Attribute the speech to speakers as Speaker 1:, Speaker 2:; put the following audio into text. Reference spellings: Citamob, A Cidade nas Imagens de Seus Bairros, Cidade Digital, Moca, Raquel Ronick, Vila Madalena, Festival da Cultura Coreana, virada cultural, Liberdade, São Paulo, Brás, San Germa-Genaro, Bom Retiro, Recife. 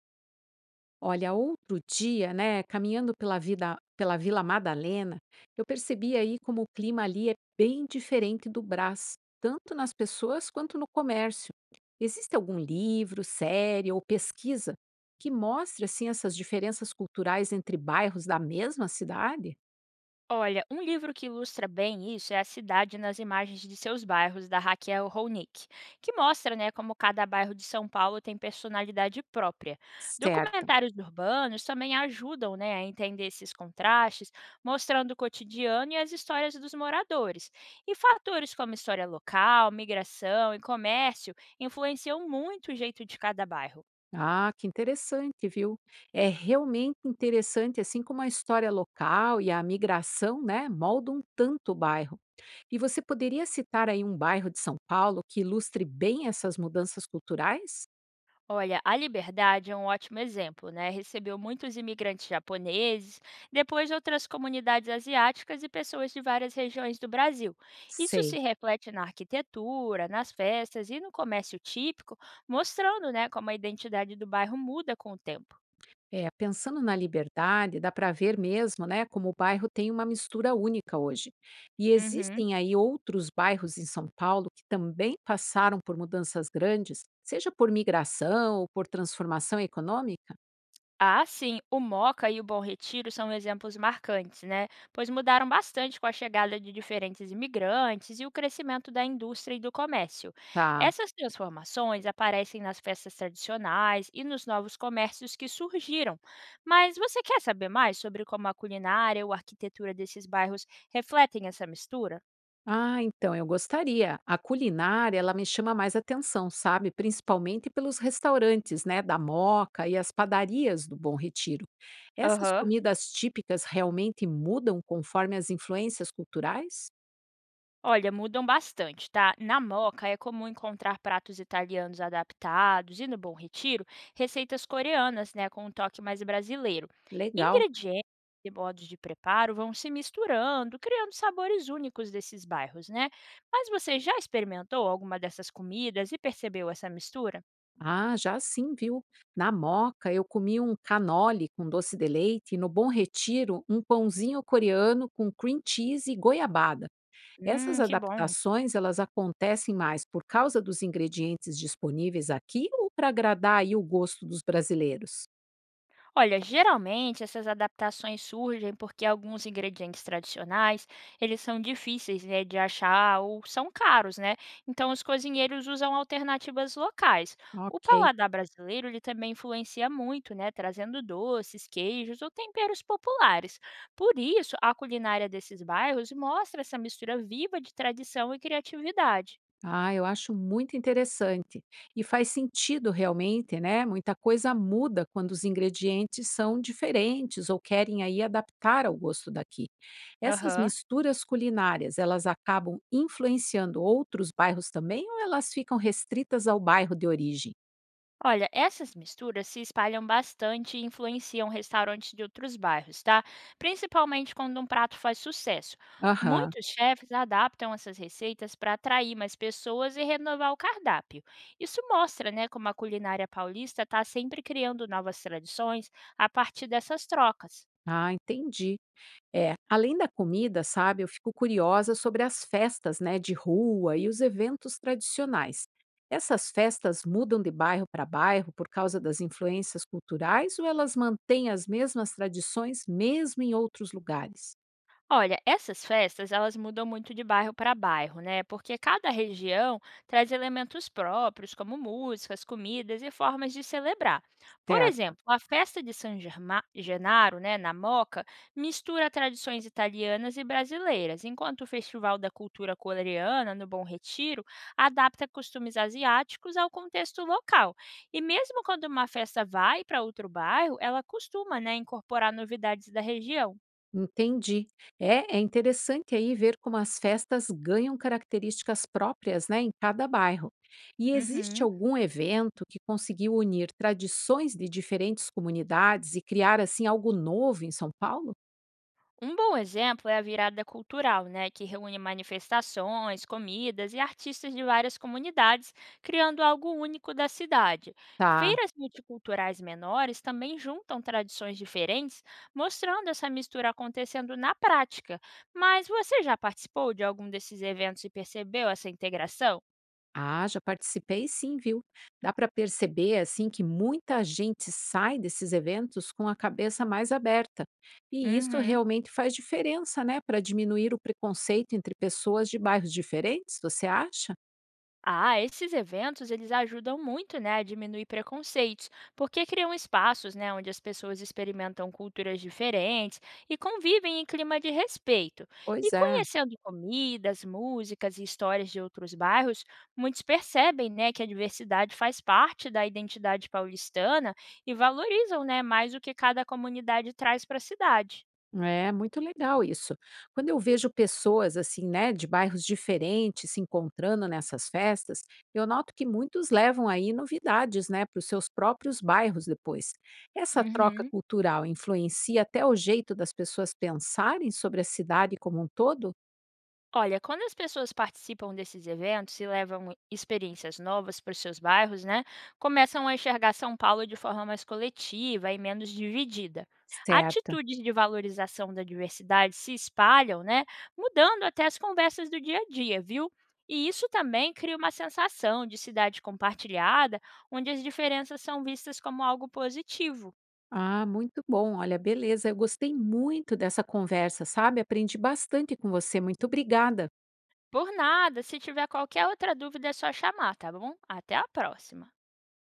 Speaker 1: Olha, outro dia, né, caminhando pela vida, pela Vila Madalena, eu percebi aí como o clima ali é bem diferente do Brás, tanto nas pessoas quanto no comércio. Existe algum livro, série ou pesquisa que mostre assim essas diferenças culturais entre bairros da mesma cidade?
Speaker 2: Olha, um livro que ilustra bem isso é A Cidade nas Imagens de Seus Bairros, da Raquel Ronick, que mostra né, como cada bairro de São Paulo tem personalidade própria.
Speaker 1: Certa.
Speaker 2: Documentários urbanos também ajudam né, a entender esses contrastes, mostrando o cotidiano e as histórias dos moradores. E fatores como história local, migração e comércio influenciam muito o jeito de cada bairro.
Speaker 1: Ah, que interessante, viu? É realmente interessante, assim como a história local e a migração, né, moldam tanto o bairro. E você poderia citar aí um bairro de São Paulo que ilustre bem essas mudanças culturais?
Speaker 2: Olha, a Liberdade é um ótimo exemplo, né? Recebeu muitos imigrantes japoneses, depois outras comunidades asiáticas e pessoas de várias regiões do Brasil. Isso
Speaker 1: Sei.
Speaker 2: se reflete na arquitetura, nas festas e no comércio típico, mostrando, né, como a identidade do bairro muda com o tempo.
Speaker 1: É, pensando na liberdade, dá para ver mesmo, né, como o bairro tem uma mistura única hoje. E
Speaker 2: Uhum.
Speaker 1: existem aí outros bairros em São Paulo que também passaram por mudanças grandes, seja por migração ou por transformação econômica?
Speaker 2: Ah, sim, o Moca e o Bom Retiro são exemplos marcantes, né? Pois mudaram bastante com a chegada de diferentes imigrantes e o crescimento da indústria e do comércio.
Speaker 1: Tá.
Speaker 2: Essas transformações aparecem nas festas tradicionais e nos novos comércios que surgiram. Mas você quer saber mais sobre como a culinária ou a arquitetura desses bairros refletem essa mistura?
Speaker 1: Ah, então eu gostaria. A culinária, ela me chama mais atenção, sabe? Principalmente pelos restaurantes, né, da Moca e as padarias do Bom Retiro. Essas
Speaker 2: Aham.
Speaker 1: comidas típicas realmente mudam conforme as influências culturais?
Speaker 2: Olha, mudam bastante, tá? Na Moca é comum encontrar pratos italianos adaptados e no Bom Retiro, receitas coreanas, né, com um toque mais brasileiro.
Speaker 1: Legal.
Speaker 2: Ingredientes e modos de preparo vão se misturando, criando sabores únicos desses bairros, né? Mas você já experimentou alguma dessas comidas e percebeu essa mistura?
Speaker 1: Ah, já sim, viu? Na Moca eu comi um canole com doce de leite e no Bom Retiro um pãozinho coreano com cream cheese e goiabada. Essas
Speaker 2: Que bom.
Speaker 1: adaptações, elas acontecem mais por causa dos ingredientes disponíveis aqui ou para agradar aí o gosto dos brasileiros?
Speaker 2: Olha, geralmente essas adaptações surgem porque alguns ingredientes tradicionais, eles são difíceis, né, de achar ou são caros, né? Então os cozinheiros usam alternativas locais. O
Speaker 1: Ok.
Speaker 2: paladar brasileiro, ele também influencia muito, né, trazendo doces, queijos ou temperos populares. Por isso, a culinária desses bairros mostra essa mistura viva de tradição e criatividade.
Speaker 1: Ah, eu acho muito interessante. E faz sentido realmente, né? Muita coisa muda quando os ingredientes são diferentes ou querem aí adaptar ao gosto daqui. Essas
Speaker 2: Aham.
Speaker 1: misturas culinárias, elas acabam influenciando outros bairros também ou elas ficam restritas ao bairro de origem?
Speaker 2: Olha, essas misturas se espalham bastante e influenciam restaurantes de outros bairros, tá? Principalmente quando um prato faz sucesso.
Speaker 1: Aham.
Speaker 2: Muitos chefes adaptam essas receitas para atrair mais pessoas e renovar o cardápio. Isso mostra, né, como a culinária paulista está sempre criando novas tradições a partir dessas trocas.
Speaker 1: Ah, entendi. É, além da comida, sabe, eu fico curiosa sobre as festas, né, de rua e os eventos tradicionais. Essas festas mudam de bairro para bairro por causa das influências culturais ou elas mantêm as mesmas tradições mesmo em outros lugares?
Speaker 2: Olha, essas festas, elas mudam muito de bairro para bairro, né? Porque cada região traz elementos próprios, como músicas, comidas e formas de celebrar. Por
Speaker 1: Certo?
Speaker 2: exemplo, a festa de Genaro, né, na Moca, mistura tradições italianas e brasileiras, enquanto o Festival da Cultura Coreana, no Bom Retiro, adapta costumes asiáticos ao contexto local. E mesmo quando uma festa vai para outro bairro, ela costuma, né, incorporar novidades da região.
Speaker 1: Entendi. É, é interessante aí ver como as festas ganham características próprias, né, em cada bairro. E existe
Speaker 2: Uhum.
Speaker 1: algum evento que conseguiu unir tradições de diferentes comunidades e criar assim algo novo em São Paulo?
Speaker 2: Um bom exemplo é a virada cultural, né, que reúne manifestações, comidas e artistas de várias comunidades, criando algo único da cidade.
Speaker 1: Tá.
Speaker 2: Feiras multiculturais menores também juntam tradições diferentes, mostrando essa mistura acontecendo na prática. Mas você já participou de algum desses eventos e percebeu essa integração?
Speaker 1: Ah, já participei sim, viu? Dá para perceber assim que muita gente sai desses eventos com a cabeça mais aberta. E isso
Speaker 2: Uhum.
Speaker 1: realmente faz diferença, né, para diminuir o preconceito entre pessoas de bairros diferentes, você acha?
Speaker 2: Ah, esses eventos eles ajudam muito, né, a diminuir preconceitos, porque criam espaços, né, onde as pessoas experimentam culturas diferentes e convivem em clima de respeito. E
Speaker 1: Pois é,
Speaker 2: conhecendo comidas, músicas e histórias de outros bairros, muitos percebem, né, que a diversidade faz parte da identidade paulistana e valorizam, né, mais o que cada comunidade traz para a cidade.
Speaker 1: é muito legal isso. Quando eu vejo pessoas assim, né, de bairros diferentes se encontrando nessas festas, eu noto que muitos levam aí novidades, né, para os seus próprios bairros depois. Essa troca
Speaker 2: Uhum.
Speaker 1: cultural influencia até o jeito das pessoas pensarem sobre a cidade como um todo?
Speaker 2: Olha, quando as pessoas participam desses eventos e levam experiências novas para os seus bairros, né, começam a enxergar São Paulo de forma mais coletiva e menos dividida.
Speaker 1: Certo.
Speaker 2: Atitudes de valorização da diversidade se espalham, né, mudando até as conversas do dia a dia, viu? E isso também cria uma sensação de cidade compartilhada, onde as diferenças são vistas como algo positivo.
Speaker 1: Ah, muito bom. Olha, beleza. Eu gostei muito dessa conversa, sabe? Aprendi bastante com você. Muito obrigada.
Speaker 2: Por nada, se tiver qualquer outra dúvida é só chamar, tá bom? Até a próxima!